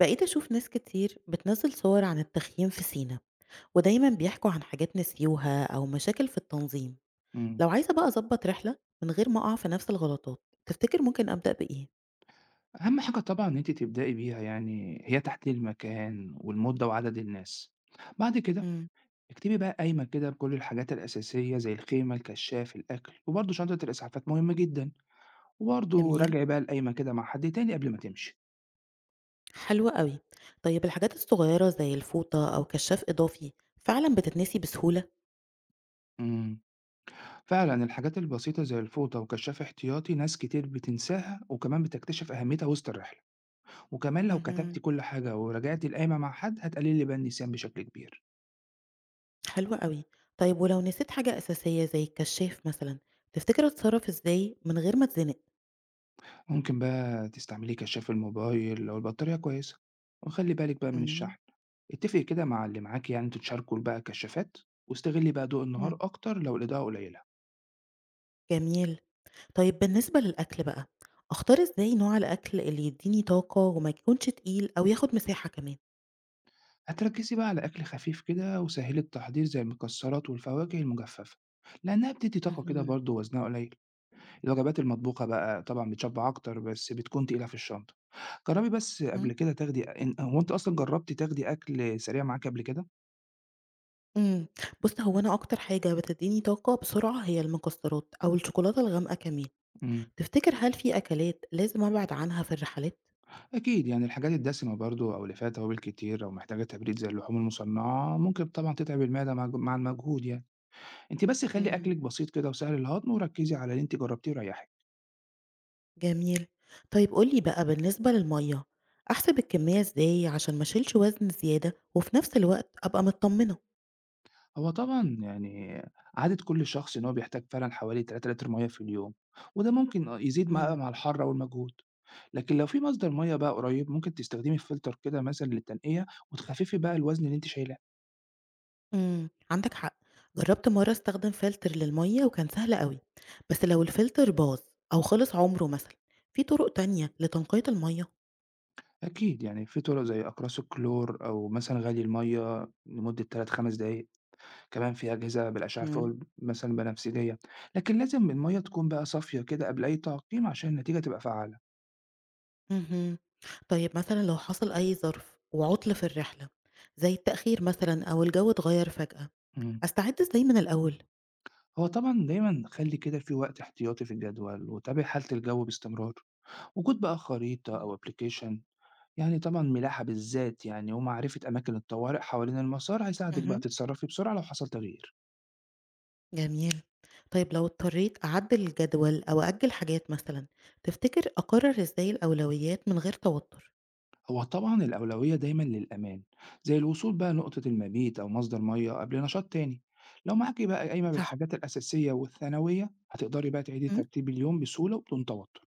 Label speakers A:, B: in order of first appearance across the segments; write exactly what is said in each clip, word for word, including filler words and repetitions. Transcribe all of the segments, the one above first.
A: بقيت أشوف ناس كتير بتنزل صور عن التخييم في سينا، ودايما بيحكوا عن حاجات نسيوها أو مشاكل في التنظيم.
B: إمم.
A: لو عايزة بقى أظبط رحلة من غير ما أقع في نفس الغلطات، تفتكر ممكن أبدأ بإيه؟
B: أهم حاجة طبعًا إن أنتِ تبدئي بيها يعني هي تحديد المكان والمدة وعدد الناس. بعد كده
A: امم.
B: اكتبي بقى قايمة كده بكل الحاجات الأساسية زي الخيمة، الكشاف، الأكل، وبرضه شنطة الإسعافات مهمة جدًا، وبرضه
A: جميل،
B: راجعي بقى القايمة كده مع حد تاني قبل ما تمشي.
A: حلوة قوي. طيب الحاجات الصغيرة زي الفوطة أو كشاف إضافي فعلا بتتنسي بسهولة؟
B: إمم. فعلًا الحاجات البسيطة زي الفوطة وكشاف احتياطي ناس كتير بتنساها وكمان بتكتشف أهميتها وسط الرحلة. وكمان لو كتبتِ
A: امم.
B: كل حاجة وراجعتِ القايمة مع حد هتقللي بقى النسيان بشكل كبير.
A: حلوة قوي. طيب ولو نسيت حاجة أساسية زي الكشاف مثلا، تفتكر أتصرف إزاي من غير ما أتزنق؟
B: ممكن بقى تستعملي كشاف الموبايل لو البطارية كويسة وخلي بالك بقى من
A: امم.
B: الشحن. اتفقي كده مع اللي معاكي يعني انتوا تشاركوا بقى كشافات، واستغلي بقى ضوء النهار أكتر لو الإضاءة قليلة.
A: جميل. طيب بالنسبة للأكل بقى، أختار إزاي نوع الأكل اللي يدّيني طاقة وما يكونش تقيل أو ياخد مساحة كمان؟
B: هتركزي بقى على أكل خفيف كده وسهل التحضير زي المكسرات والفواكه المجففة، لأنها بتدي طاقة كده
A: اهم،
B: برضه وزنها قليل. الوجبات المطبوخة بقى طبعا بتشبع أكتر بس بتكون تقيلة في الشنطة. جربي بس
A: اهم.
B: قبل كده تاخدي إن- هو أنت أصلا جربتي تاخدي أكل سريع معاكي قبل كده؟
A: إمم، بُص هو أنا أكتر حاجة بتدّيني طاقة بسرعة هي المكسرات أو الشوكولاتة الغامقة كمان.
B: مم.
A: تفتكر هل في أكلات لازم أبعد عنها في الرحلات؟
B: أكيد يعني الحاجات الدسمة برضو أو اللي فيها توابل كتير أو محتاجة تبريد زي اللحوم المصنعة ممكن طبعا تتعب المعدة مع مع المجهود يعني. أنت بس خلي
A: إمم.
B: أكلك بسيط كده وسهل الهضم وركزي على اللي أنت جربتيه وريحك.
A: جميل. طيب قُل لي بقى بالنسبة للمَيّة، أحسب الكمية إزاي عشان ما أشيلش وزن زيادة وفي نفس الوقت أبقى متطمنة؟
B: هو طبعا يعني عادة كل شخص إن هو بيحتاج فعلا حوالي تلات لتر مية في اليوم، وده ممكن آه يزيد مع
A: إمم.
B: مع الحر والمجهود. لكن لو في مصدر مية بقى قريب ممكن تستخدمي فلتر كده مثلا للتنقية وتخففي بقى الوزن اللي أنت شايلاه.
A: إمم، عندك حق. جرّبت مرّة أستخدم فلتر للمَيّة وكان سهل أوي، بس لو الفلتر باظ أو خلص عمره مثلًا، في طرق تانية لتنقية المَيّة؟
B: أكيد يعني في طرق زي أقراص الكلور أو مثلا غلي المية لمدة تلات خمس دقايق. كمان في أجهزة بالأشعة فوق
A: إمم.
B: مثلًا بنفسجية، لكن لازم المَيّة تكون بقى صافية كده قبل أي تعقيم عشان النتيجة تبقى فعّالة.
A: اهم. طيب مثلًا لو حصل أي ظرف وعُطل في الرحلة، زي التأخير مثلًا أو الجو اتغيّر فجأة،
B: إمم.
A: أستعد إزاي من الأول؟
B: هو طبعًا دايمًا خلّي كده في وقت احتياطي في الجدول، وتابع حالة الجو باستمرار. وجود بقى خريطة
A: إمم.
B: أو application يعني طبعًا ملاحة بالذات يعني ومعرفة أماكن الطوارئ حوالين المسار هيساعدِك بقى
A: اهم،
B: تتصرّفي بسرعة لو حصل تغيير.
A: جميل. طيب لو اضطريت أعدّل الجدول أو أأجّل حاجات مثلًا، تفتكر أقرّر إزاي الأولويات من غير توتر؟
B: هو طبعا الأولوية دايما للأمان، زي الوصول بقى نقطة المبيت أو مصدر مية قبل نشاط تاني. لو معاكي بقى قايمة
A: صح.
B: بالحاجات الأساسية والثانوية هتقدري بقى تعيدي
A: إمم.
B: ترتيب اليوم بسهولة وبدون توتر.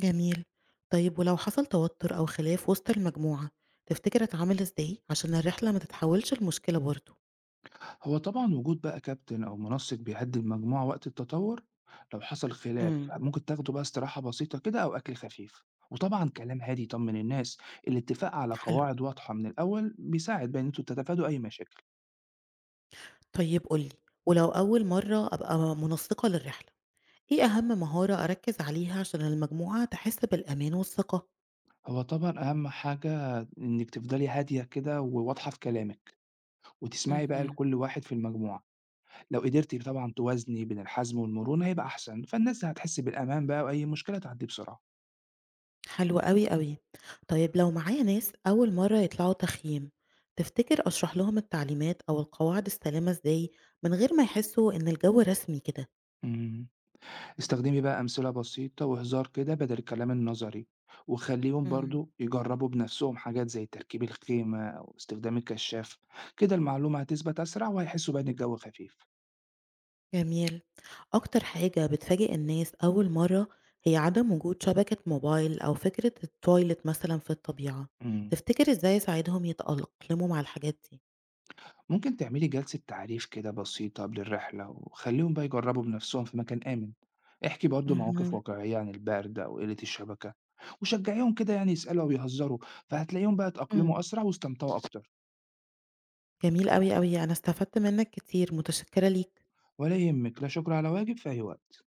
A: جميل. طيب ولو حصل توتر أو خلاف وسط المجموعة، تفتكر أتعامل إزاي عشان الرحلة ما تتحولش لمشكلة برضه؟
B: هو طبعا وجود بقى كابتن أو منسق بيهدي المجموعة وقت التطور. لو حصل خلاف
A: امم.
B: ممكن تاخدوا بقى استراحة بسيطة كده أو أكل خفيف وطبعا كلام هادي يطمن الناس. الاتفاق على
A: حلو.
B: قواعد واضحة من الأول بيساعد بقى إن انتوا تتفادوا أي مشاكل.
A: طيب قُل لي، ولو أول مرة أبقى منسّقة للرحلة، إيه أهم مهارة أركّز عليها عشان المجموعة تحس بالأمان والثقة؟
B: هو طبعا أهم حاجة إنك تفضلي هادية كده وواضحة في كلامك وتسمعي بقى
A: اهم.
B: لكل واحد في المجموعة، لو قدرتِ طبعًا توازني بين الحزم والمرونة هيبقى أحسن، فالناس هتحس بالأمان بقى وأي مشكلة تعدي بسرعة.
A: حلو أوي، أوي. طيب لو معايا ناس أول مرة يطلعوا تخييم، تفتكر أشرح لهم التعليمات أو القواعد السليمة إزاي من غير ما يحسوا إن الجو رسمي كده؟
B: إمم، استخدمي بقى أمثلة بسيطة وهزار كده بدل الكلام النظري، وخلّيهم برضه يجربوا بنفسهم حاجات زي تركيب الخيمة أو استخدام الكشاف، كده المعلومة هتثبت أسرع وهيحسوا بقى إن الجو خفيف.
A: جميل. أكتر حاجة بتفاجئ الناس أول مرة هي عدم وجود شبكة موبايل أو فكرة التويلت مثلًا في الطبيعة،
B: إمم.
A: تفتكر إزاي أساعدهم يتأقلموا مع الحاجات دي؟
B: ممكن تعملي جلسة تعريف كده بسيطة قبل الرحلة وخليهم بقى يجربوا بنفسهم في مكان آمن. احكي برضو مواقف
A: اهم،
B: واقعية عن البرد أو قلة الشبكة وشجعيهم كده يعني يسألوا أو يهزروا، فهتلاقيهم بقى
A: إمم.
B: اتأقلموا أسرع واستمتعوا أكتر.
A: جميل أوي، أوي، أنا استفدت منك كتير، متشكرة ليك.
B: ولا يهمك، لا شكر على واجب، في أي وقت.